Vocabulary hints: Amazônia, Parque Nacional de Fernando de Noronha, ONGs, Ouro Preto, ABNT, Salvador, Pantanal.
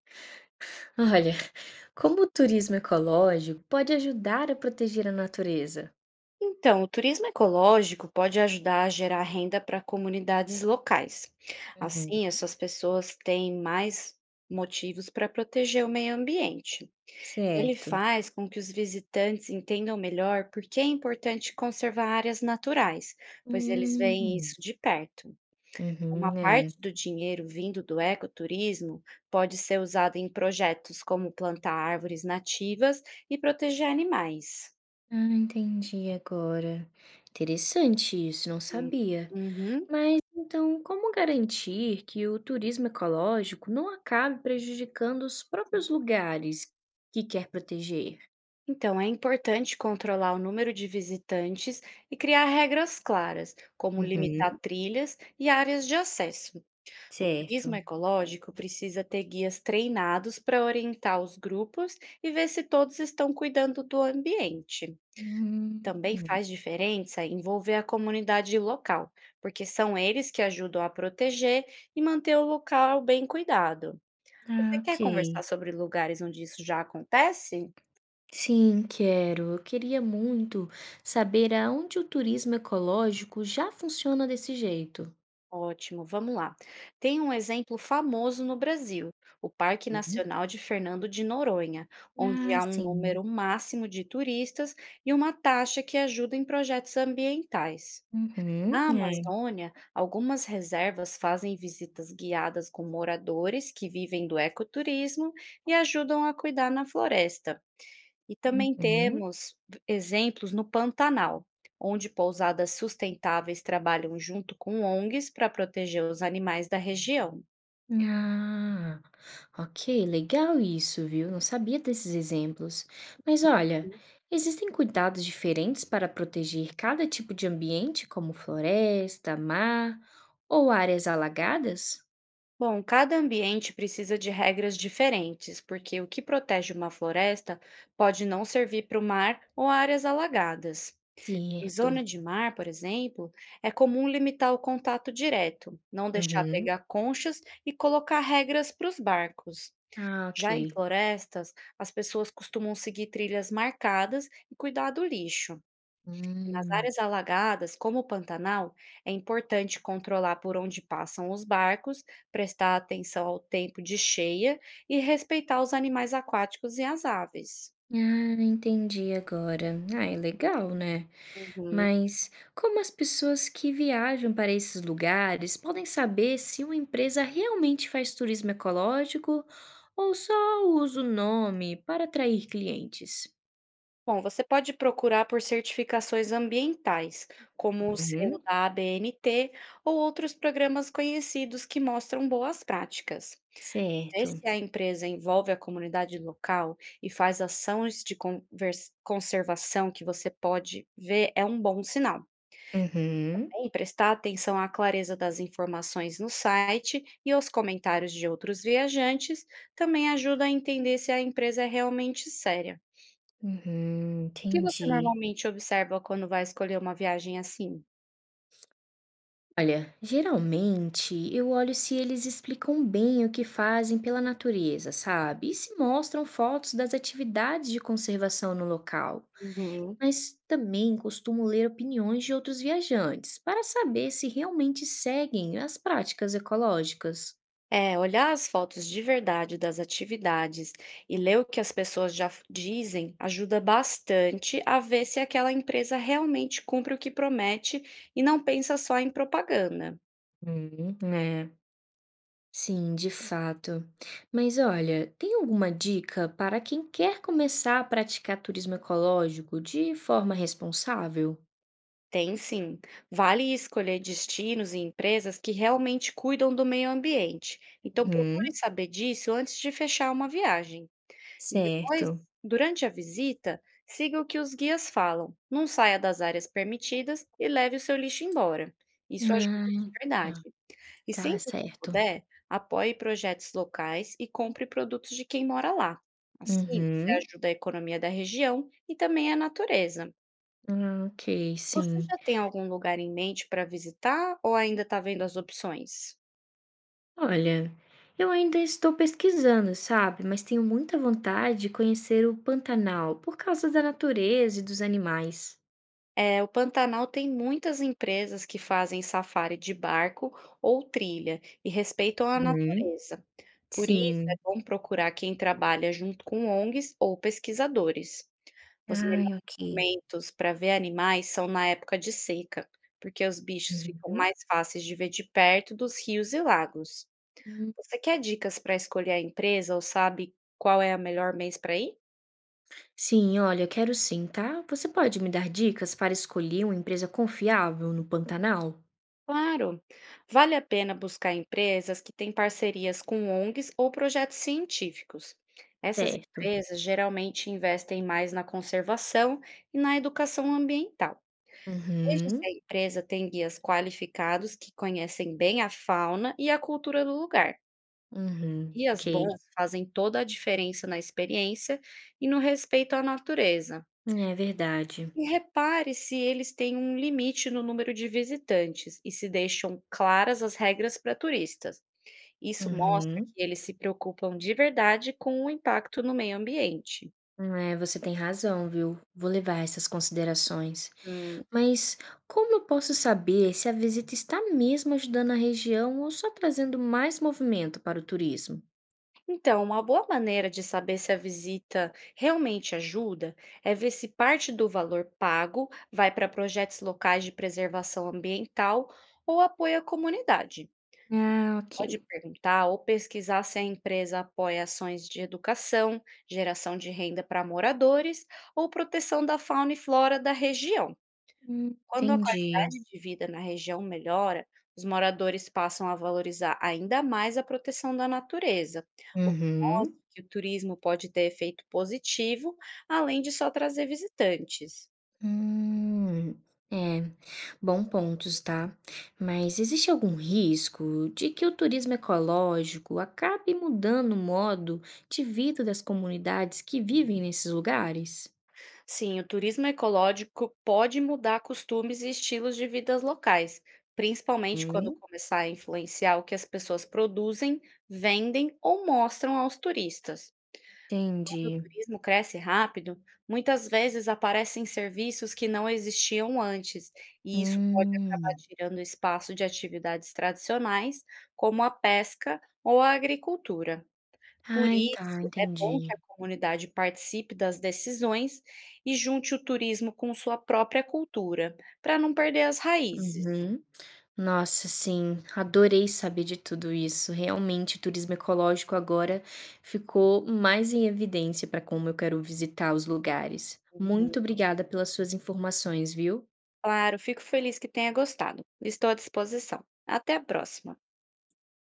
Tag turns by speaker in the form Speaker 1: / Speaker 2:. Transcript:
Speaker 1: Olha, como o turismo ecológico pode ajudar a proteger a natureza?
Speaker 2: Então, o turismo ecológico pode ajudar a gerar renda para comunidades locais.
Speaker 1: Uhum,
Speaker 2: Assim, essas pessoas têm mais motivos para proteger o meio ambiente. Ele
Speaker 1: certo.
Speaker 2: faz com que os visitantes entendam melhor por que é importante conservar áreas naturais, pois eles veem
Speaker 1: Hum,
Speaker 2: isso de perto. Uma
Speaker 1: Uhum, é.
Speaker 2: parte do dinheiro vindo do ecoturismo pode ser usada em projetos como plantar árvores nativas e proteger animais.
Speaker 1: Ah, entendi agora. Interessante isso, não
Speaker 2: Hum.
Speaker 1: sabia.
Speaker 2: Uhum.
Speaker 1: Mas então, como garantir que o turismo ecológico não acabe prejudicando os próprios lugares que quer proteger?
Speaker 2: Então, é importante controlar o número de visitantes e criar regras claras, como
Speaker 1: Uhum,
Speaker 2: limitar trilhas e áreas de acesso. O turismo
Speaker 1: certo.
Speaker 2: ecológico precisa ter guias treinados para orientar os grupos e ver se todos estão cuidando do ambiente.
Speaker 1: Hum,
Speaker 2: Também faz diferença envolver a comunidade local, porque são eles que ajudam a proteger e manter o local bem cuidado. Você
Speaker 1: ah,
Speaker 2: quer
Speaker 1: ok.
Speaker 2: conversar sobre lugares onde isso já acontece?
Speaker 1: Sim, quero. Eu queria muito saber aonde o turismo ecológico já funciona desse jeito.
Speaker 2: Ótimo, vamos lá. Tem um exemplo famoso no Brasil, o Parque
Speaker 1: Uhum.
Speaker 2: Nacional de Fernando de Noronha, onde
Speaker 1: Ah,
Speaker 2: há um
Speaker 1: sim.
Speaker 2: número máximo de turistas e uma taxa que ajuda em projetos ambientais.
Speaker 1: Uhum.
Speaker 2: Na
Speaker 1: É.
Speaker 2: Amazônia, algumas reservas fazem visitas guiadas com moradores que vivem do ecoturismo e ajudam a cuidar na floresta. E também
Speaker 1: Uhum.
Speaker 2: temos exemplos no Pantanal, onde pousadas sustentáveis trabalham junto com ONGs para proteger os animais da região.
Speaker 1: Ah, ok, legal isso, viu? Não sabia desses exemplos. Mas olha, existem cuidados diferentes para proteger cada tipo de ambiente, como floresta, mar ou áreas alagadas?
Speaker 2: Bom, cada ambiente precisa de regras diferentes, porque o que protege uma floresta pode não servir para o mar ou áreas alagadas. Em
Speaker 1: Certo.
Speaker 2: zona de mar, por exemplo, é comum limitar o contato direto, não deixar
Speaker 1: Uhum.
Speaker 2: pegar conchas e colocar regras para os barcos.
Speaker 1: Ah, ok.
Speaker 2: Já em florestas, as pessoas costumam seguir trilhas marcadas e cuidar do lixo. E nas
Speaker 1: Hum.
Speaker 2: áreas alagadas, como o Pantanal, é importante controlar por onde passam os barcos, prestar atenção ao tempo de cheia e respeitar os animais aquáticos e as aves.
Speaker 1: Ah, entendi agora. Ah, é legal, né?
Speaker 2: Uhum.
Speaker 1: Mas como as pessoas que viajam para esses lugares podem saber se uma empresa realmente faz turismo ecológico ou só usa o nome para atrair clientes?
Speaker 2: Bom, você pode procurar por certificações ambientais, como o selo
Speaker 1: Uhum,
Speaker 2: da ABNT ou outros programas conhecidos que mostram boas práticas. É,
Speaker 1: certo.
Speaker 2: se a empresa envolve a comunidade local e faz ações de convers conservação que você pode ver, é um bom sinal,
Speaker 1: Uhum,
Speaker 2: né? E prestar atenção à clareza das informações no site e aos comentários de outros viajantes também ajuda a entender se a empresa é realmente séria.
Speaker 1: uhum,
Speaker 2: O que você
Speaker 1: entendi.
Speaker 2: normalmente observa quando vai escolher uma viagem assim?
Speaker 1: Olha, geralmente eu olho se eles explicam bem o que fazem pela natureza, sabe? E se mostram fotos das atividades de conservação no local.
Speaker 2: Uhum.
Speaker 1: Mas também costumo ler opiniões de outros viajantes para saber se realmente seguem as práticas ecológicas.
Speaker 2: É, olhar as fotos de verdade das atividades e ler o que as pessoas dizem ajuda bastante a ver se aquela empresa realmente cumpre o que promete e não pensa só em propaganda.
Speaker 1: É. Sim, de fato. Mas olha, tem alguma dica para quem quer começar a praticar turismo ecológico de forma responsável?
Speaker 2: Tem sim. Vale escolher destinos e empresas que realmente cuidam do meio ambiente. Então procure
Speaker 1: Uhum,
Speaker 2: saber disso antes de fechar uma viagem. E depois,
Speaker 1: certo.
Speaker 2: durante a visita, siga o que os guias falam. Não saia das áreas permitidas e leve o seu lixo embora. Isso ajuda de
Speaker 1: Ah,
Speaker 2: verdade.
Speaker 1: tá,
Speaker 2: E
Speaker 1: tá
Speaker 2: sempre que
Speaker 1: certo.
Speaker 2: puder, apoie projetos locais e compre produtos de quem mora lá. Assim, você
Speaker 1: Uhum.
Speaker 2: ajuda a economia da região e também a natureza.
Speaker 1: Ah, ok,
Speaker 2: Você
Speaker 1: sim.
Speaker 2: já tem algum lugar em mente para visitar ou ainda está vendo as opções?
Speaker 1: Olha, eu ainda estou pesquisando, sabe? Mas tenho muita vontade de conhecer o Pantanal por causa da natureza e dos animais.
Speaker 2: É, o Pantanal tem muitas empresas que fazem safari de barco ou trilha e respeitam a
Speaker 1: Uhum.
Speaker 2: natureza. Por isso, é
Speaker 1: Sim.
Speaker 2: bom procurar quem trabalha junto com ONGs ou pesquisadores. Os melhores
Speaker 1: Ai, ok.
Speaker 2: momentos para ver animais são na época de seca, porque os bichos ficam
Speaker 1: Uhum.
Speaker 2: mais fáceis de ver de perto dos rios e lagos.
Speaker 1: Hum.
Speaker 2: Você quer dicas para escolher a empresa ou sabe qual é o melhor mês para ir?
Speaker 1: Sim, olha, eu quero sim, tá? Você pode me dar dicas para escolher uma empresa confiável no Pantanal?
Speaker 2: Claro, vale a pena buscar empresas que têm parcerias com ONGs ou projetos científicos. Essas
Speaker 1: Certo.
Speaker 2: empresas geralmente investem mais na conservação e na educação ambiental. Veja se a
Speaker 1: Uhum,
Speaker 2: empresa tem guias qualificados que conhecem bem a fauna e a cultura do lugar.
Speaker 1: uhum,
Speaker 2: Guias
Speaker 1: ok.
Speaker 2: bons fazem toda a diferença na experiência e no respeito à natureza.
Speaker 1: É verdade.
Speaker 2: E repare se eles têm um limite no número de visitantes e se deixam claras as regras para turistas. Isso mostra
Speaker 1: Uhum.
Speaker 2: que eles se preocupam de verdade com o impacto no meio ambiente.
Speaker 1: É, você tem razão, viu? Vou levar essas considerações.
Speaker 2: Hum.
Speaker 1: Mas como eu posso saber se a visita está mesmo ajudando a região ou só trazendo mais movimento para o turismo?
Speaker 2: Então, uma boa maneira de saber se a visita realmente ajuda é ver se parte do valor pago vai para projetos locais de preservação ambiental ou apoia a comunidade.
Speaker 1: Ah,
Speaker 2: Pode
Speaker 1: ok.
Speaker 2: perguntar ou pesquisar se a empresa apoia ações de educação, geração de renda para moradores ou proteção da fauna e flora da região. Quando a
Speaker 1: Entendi.
Speaker 2: qualidade de vida na região melhora, os moradores passam a valorizar ainda mais a proteção da natureza, o que mostra
Speaker 1: Uhum.
Speaker 2: que o turismo pode ter efeito positivo, além de só trazer visitantes.
Speaker 1: Hum, é, bom pontos, tá? Mas existe algum risco de que o turismo ecológico acabe mudando o modo de vida das comunidades que vivem nesses lugares?
Speaker 2: Sim, o turismo ecológico pode mudar costumes e estilos de vidas locais, principalmente quando
Speaker 1: Hum,
Speaker 2: começar a influenciar o que as pessoas produzem, vendem ou mostram aos turistas. O
Speaker 1: entendi.
Speaker 2: turismo cresce rápido, muitas vezes aparecem serviços que não existiam antes, e isso pode acabar
Speaker 1: Hum.
Speaker 2: tirando espaço de atividades tradicionais, como a pesca ou a agricultura. Por
Speaker 1: Ai, tá,
Speaker 2: isso, é bom que
Speaker 1: entendi.
Speaker 2: a comunidade participe das decisões e junte o turismo com sua própria cultura, para não perder as raízes.
Speaker 1: Uhum. Nossa, sim, adorei saber de tudo isso. Realmente, o turismo ecológico agora ficou mais em evidência para como eu quero visitar os lugares.
Speaker 2: Uhum.
Speaker 1: Muito obrigada pelas suas informações, viu?
Speaker 2: Claro, fico feliz que tenha gostado. Estou à disposição. Até a próxima.